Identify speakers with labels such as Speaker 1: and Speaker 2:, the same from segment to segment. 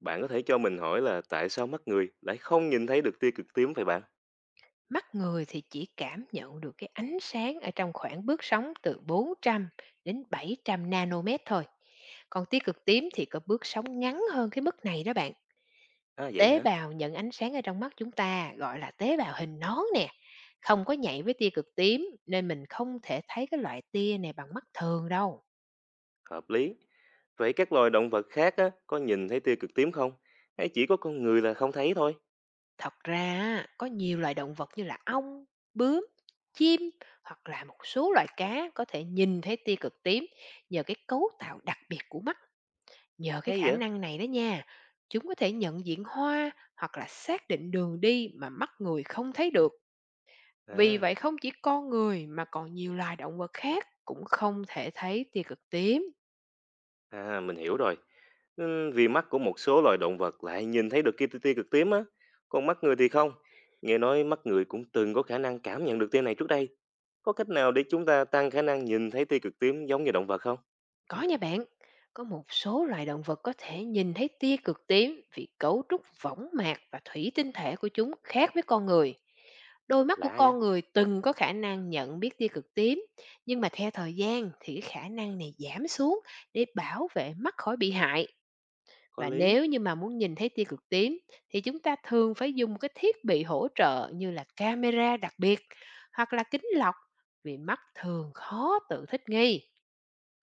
Speaker 1: Bạn có thể cho mình hỏi là tại sao mắt người lại không nhìn thấy được tia cực tím vậy bạn?
Speaker 2: Mắt người thì chỉ cảm nhận được cái ánh sáng ở trong khoảng bước sóng từ 400 đến 700 nanomet thôi. Còn tia cực tím thì có bước sóng ngắn hơn cái mức này đó bạn.
Speaker 1: À vậy
Speaker 2: Tế
Speaker 1: hả?
Speaker 2: bào nhận ánh sáng ở trong mắt chúng ta gọi là tế bào hình nón nè. Không có nhạy với tia cực tím nên mình không thể thấy cái loại tia này bằng mắt thường đâu.
Speaker 1: Hợp lý. Vậy các loài động vật khác á, có nhìn thấy tia cực tím không? Hay chỉ có con người là không thấy thôi?
Speaker 2: Thật ra á, có nhiều loài động vật như là ong, bướm, chim hoặc là một số loài cá có thể nhìn thấy tia cực tím nhờ cái cấu tạo đặc biệt của mắt. Nhờ cái
Speaker 1: Hay
Speaker 2: khả
Speaker 1: vậy?
Speaker 2: năng này đó nha, chúng có thể nhận diện hoa hoặc là xác định đường đi mà mắt người không thấy được. Vì
Speaker 1: À,
Speaker 2: vậy không chỉ con người mà còn nhiều loài động vật khác cũng không thể thấy tia cực tím.
Speaker 1: à mình hiểu rồi. Ừ, vì mắt của một số loài động vật lại nhìn thấy được tia cực tím á, còn mắt người thì không. Nghe nói mắt người cũng từng có khả năng cảm nhận được tia này trước đây. Có cách nào để chúng ta tăng khả năng nhìn thấy tia cực tím giống như động vật không?
Speaker 2: Có nha bạn, có một số loài động vật có thể nhìn thấy tia cực tím vì cấu trúc võng mạc và thủy tinh thể của chúng khác với con người. Đôi mắt của
Speaker 1: Lạ vậy?
Speaker 2: con người từng có khả năng nhận biết tia cực tím, nhưng mà theo thời gian thì cái khả năng này giảm xuống để bảo vệ mắt khỏi bị hại.
Speaker 1: Có
Speaker 2: Và
Speaker 1: lý.
Speaker 2: nếu như mà muốn nhìn thấy tia cực tím thì chúng ta thường phải dùng một cái thiết bị hỗ trợ như là camera đặc biệt hoặc là kính lọc, vì mắt thường khó tự thích nghi.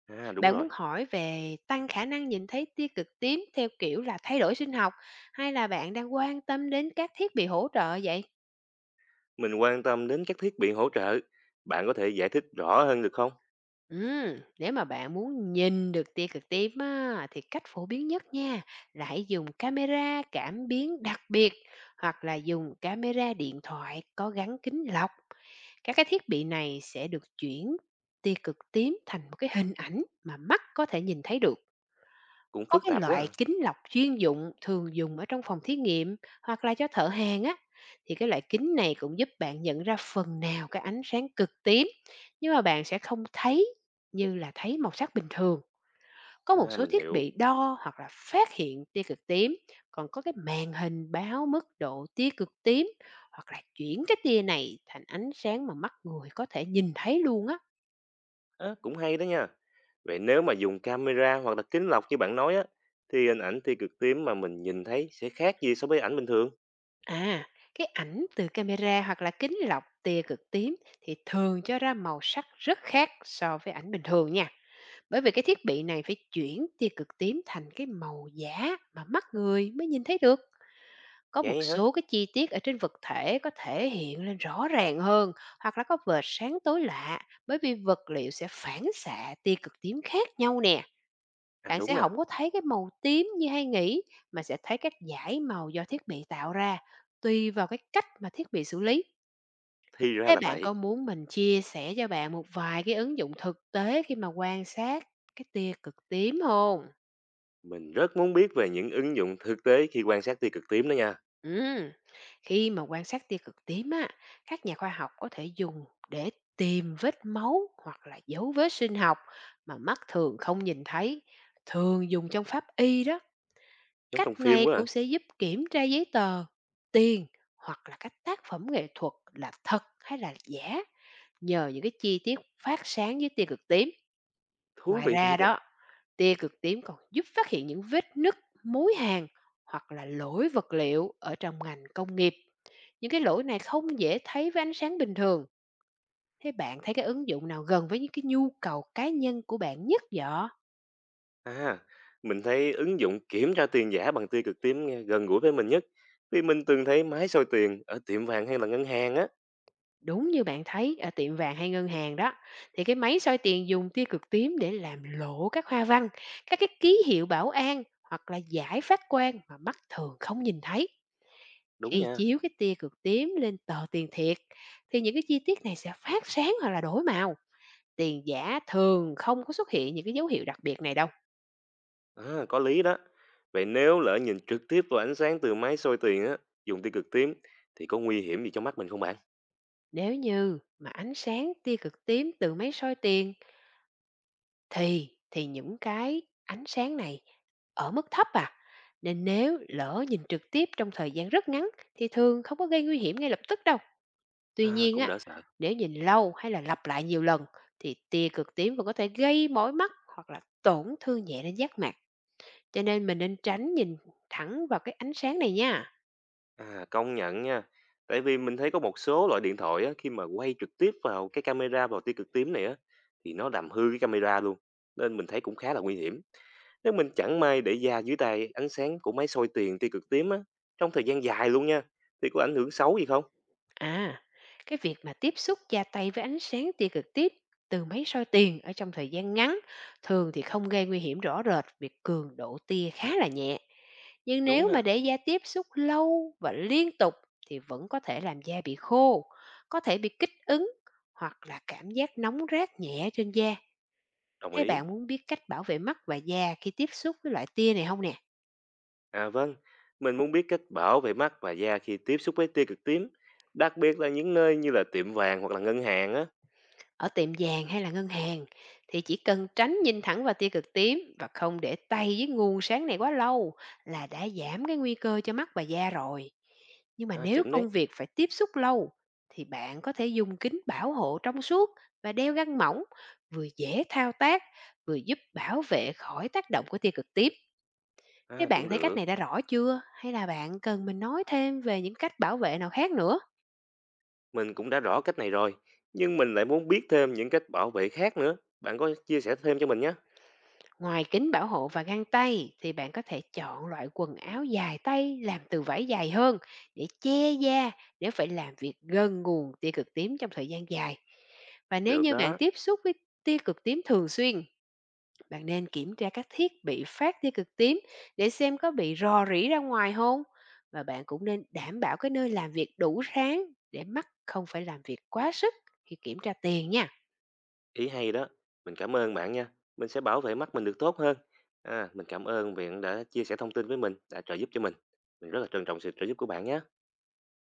Speaker 1: À đúng
Speaker 2: Bạn
Speaker 1: rồi.
Speaker 2: muốn hỏi về tăng khả năng nhìn thấy tia cực tím theo kiểu là thay đổi sinh học, hay là bạn đang quan tâm đến các thiết bị hỗ trợ vậy?
Speaker 1: Mình quan tâm đến các thiết bị hỗ trợ. Bạn có thể giải thích rõ hơn được không?
Speaker 2: Nếu mà bạn muốn nhìn được tia cực tím á, thì cách phổ biến nhất nha là hãy dùng camera cảm biến đặc biệt hoặc là dùng camera điện thoại có gắn kính lọc. Các cái thiết bị này sẽ được chuyển tia cực tím thành một cái hình ảnh mà mắt có thể nhìn thấy được.
Speaker 1: Cũng
Speaker 2: Có
Speaker 1: phức
Speaker 2: cái
Speaker 1: tạp quá
Speaker 2: loại
Speaker 1: à.
Speaker 2: kính lọc chuyên dụng thường dùng ở trong phòng thí nghiệm hoặc là cho thợ hàn á, thì cái loại kính này cũng giúp bạn nhận ra phần nào cái ánh sáng cực tím, nhưng mà bạn sẽ không thấy như là thấy màu sắc bình thường. Có một
Speaker 1: À,
Speaker 2: số
Speaker 1: mình
Speaker 2: thiết
Speaker 1: hiểu.
Speaker 2: bị đo hoặc là phát hiện tia cực tím, còn có cái màn hình báo mức độ tia cực tím, hoặc là chuyển cái tia này thành ánh sáng mà mắt người có thể nhìn thấy luôn á.
Speaker 1: À, cũng hay đó nha. Vậy nếu mà dùng camera hoặc là kính lọc như bạn nói á, thì hình ảnh tia cực tím mà mình nhìn thấy sẽ khác gì so với ảnh bình thường?
Speaker 2: À, cái ảnh từ camera hoặc là kính lọc tia cực tím thì thường cho ra màu sắc rất khác so với ảnh bình thường nha. Bởi vì cái thiết bị này phải chuyển tia cực tím thành cái màu giả mà mắt người mới nhìn thấy được. Có một
Speaker 1: Vậy hả?
Speaker 2: số cái chi tiết ở trên vật thể có thể hiện lên rõ ràng hơn, hoặc là có vệt sáng tối lạ, bởi vì vật liệu sẽ phản xạ tia cực tím khác nhau nè.
Speaker 1: À
Speaker 2: Bạn
Speaker 1: đúng
Speaker 2: sẽ
Speaker 1: nè,
Speaker 2: không có thấy cái màu tím như hay nghĩ, mà sẽ thấy các dải màu do thiết bị tạo ra, tùy vào cái cách mà thiết bị xử lý.
Speaker 1: thì ra
Speaker 2: Thế
Speaker 1: là
Speaker 2: bạn
Speaker 1: vậy.
Speaker 2: có muốn mình chia sẻ cho bạn một vài cái ứng dụng thực tế khi mà quan sát cái tia cực tím không?
Speaker 1: Mình rất muốn biết về những ứng dụng thực tế khi quan sát tia cực tím đó nha.
Speaker 2: Ừm, khi mà quan sát tia cực tím á, các nhà khoa học có thể dùng để tìm vết máu hoặc là dấu vết sinh học mà mắt thường không nhìn thấy, thường dùng trong pháp y đó.
Speaker 1: Giống trong
Speaker 2: Cách
Speaker 1: phim
Speaker 2: này
Speaker 1: quá à.
Speaker 2: cũng sẽ giúp kiểm tra giấy tờ, tiền hoặc là các tác phẩm nghệ thuật là thật hay là giả, nhờ những cái chi tiết phát sáng với tia cực tím.
Speaker 1: Thú
Speaker 2: Ngoài
Speaker 1: vị thiệt
Speaker 2: ra
Speaker 1: á.
Speaker 2: đó, tia cực tím còn giúp phát hiện những vết nứt, mối hàn hoặc là lỗi vật liệu ở trong ngành công nghiệp. Những cái lỗi này không dễ thấy với ánh sáng bình thường. Thế bạn thấy cái ứng dụng nào gần với những cái nhu cầu cá nhân của bạn nhất vậy?
Speaker 1: À, mình thấy ứng dụng kiểm tra tiền giả bằng tia cực tím nghe gần gũi với mình nhất. Vì mình từng thấy máy soi tiền ở tiệm vàng hay là ngân hàng á.
Speaker 2: Đúng như bạn thấy ở tiệm vàng hay ngân hàng đó, thì cái máy soi tiền dùng tia cực tím để làm lộ các hoa văn, các cái ký hiệu bảo an hoặc là giải phát quang mà mắt thường không nhìn thấy.
Speaker 1: Đúng
Speaker 2: Khi
Speaker 1: nha.
Speaker 2: chiếu cái tia cực tím lên tờ tiền thiệt, thì những cái chi tiết này sẽ phát sáng hoặc là đổi màu. Tiền giả thường không có xuất hiện những cái dấu hiệu đặc biệt này đâu.
Speaker 1: À, có lý đó. Vậy nếu lỡ nhìn trực tiếp vào ánh sáng từ máy soi tiền á, dùng tia cực tím thì có nguy hiểm gì cho mắt mình không bạn?
Speaker 2: Nếu như mà ánh sáng tia cực tím từ máy soi tiền, thì những cái ánh sáng này ở mức thấp à, nên nếu lỡ nhìn trực tiếp trong thời gian rất ngắn thì thường không có gây nguy hiểm ngay lập tức đâu. Tuy
Speaker 1: À,
Speaker 2: nhiên
Speaker 1: cũng
Speaker 2: á,
Speaker 1: đỡ sợ.
Speaker 2: nếu nhìn lâu hay là lặp lại nhiều lần thì tia cực tím vẫn có thể gây mỏi mắt hoặc là tổn thương nhẹ đến giác mạc. Cho nên mình nên tránh nhìn thẳng vào cái ánh sáng này nha.
Speaker 1: À, công nhận nha. Tại vì mình thấy có một số loại điện thoại á, khi mà quay trực tiếp vào cái camera vào tia cực tím này á, thì nó làm hư cái camera luôn. Nên mình thấy cũng khá là nguy hiểm. Nếu mình chẳng may để da dưới tay ánh sáng của máy soi tiền tia cực tím á, trong thời gian dài luôn nha, thì có ảnh hưởng xấu gì không?
Speaker 2: À, cái việc mà tiếp xúc da tay với ánh sáng tia cực tiếp từ máy soi tiền ở trong thời gian ngắn thường thì không gây nguy hiểm rõ rệt, vì cường độ tia khá là nhẹ. Nhưng
Speaker 1: Đúng
Speaker 2: nếu
Speaker 1: hả?
Speaker 2: mà để da tiếp xúc lâu và liên tục thì vẫn có thể làm da bị khô, có thể bị kích ứng hoặc là cảm giác nóng rát nhẹ trên da.
Speaker 1: Đồng
Speaker 2: Thế
Speaker 1: ý.
Speaker 2: bạn muốn biết cách bảo vệ mắt và da khi tiếp xúc với loại tia này không nè?
Speaker 1: À vâng, mình muốn biết cách bảo vệ mắt và da khi tiếp xúc với tia cực tím, đặc biệt là những nơi như là tiệm vàng hoặc là ngân hàng á.
Speaker 2: Ở tiệm vàng hay là ngân hàng thì chỉ cần tránh nhìn thẳng vào tia cực tím và không để tay với nguồn sáng này quá lâu là đã giảm cái nguy cơ cho mắt và da rồi. Nhưng mà
Speaker 1: À,
Speaker 2: nếu
Speaker 1: chuẩn đấy.
Speaker 2: công việc phải tiếp xúc lâu thì bạn có thể dùng kính bảo hộ trong suốt và đeo găng mỏng, vừa dễ thao tác, vừa giúp bảo vệ khỏi tác động của tia cực tím. Thế
Speaker 1: À, cũng
Speaker 2: bạn thấy cách
Speaker 1: được.
Speaker 2: này đã rõ chưa? Hay là bạn cần mình nói thêm về những cách bảo vệ nào khác nữa?
Speaker 1: Mình cũng đã rõ cách này rồi, nhưng mình lại muốn biết thêm những cách bảo vệ khác nữa. Bạn có chia sẻ thêm cho mình nhé.
Speaker 2: Ngoài kính bảo hộ và găng tay thì bạn có thể chọn loại quần áo dài tay làm từ vải dài hơn để che da, nếu phải làm việc gần nguồn tia cực tím trong thời gian dài. Và nếu
Speaker 1: Được
Speaker 2: như bạn
Speaker 1: đó,
Speaker 2: tiếp xúc với tia cực tím thường xuyên, bạn nên kiểm tra các thiết bị phát tia cực tím để xem có bị rò rỉ ra ngoài không. Và bạn cũng nên đảm bảo cái nơi làm việc đủ sáng để mắt không phải làm việc quá sức khi kiểm tra tiền nha.
Speaker 1: ý hay đó. Mình cảm ơn bạn nha. Mình sẽ bảo vệ mắt mình được tốt hơn. À, mình cảm ơn viện đã chia sẻ thông tin với mình, đã trợ giúp cho mình. Mình rất là trân trọng sự trợ giúp của bạn nhé.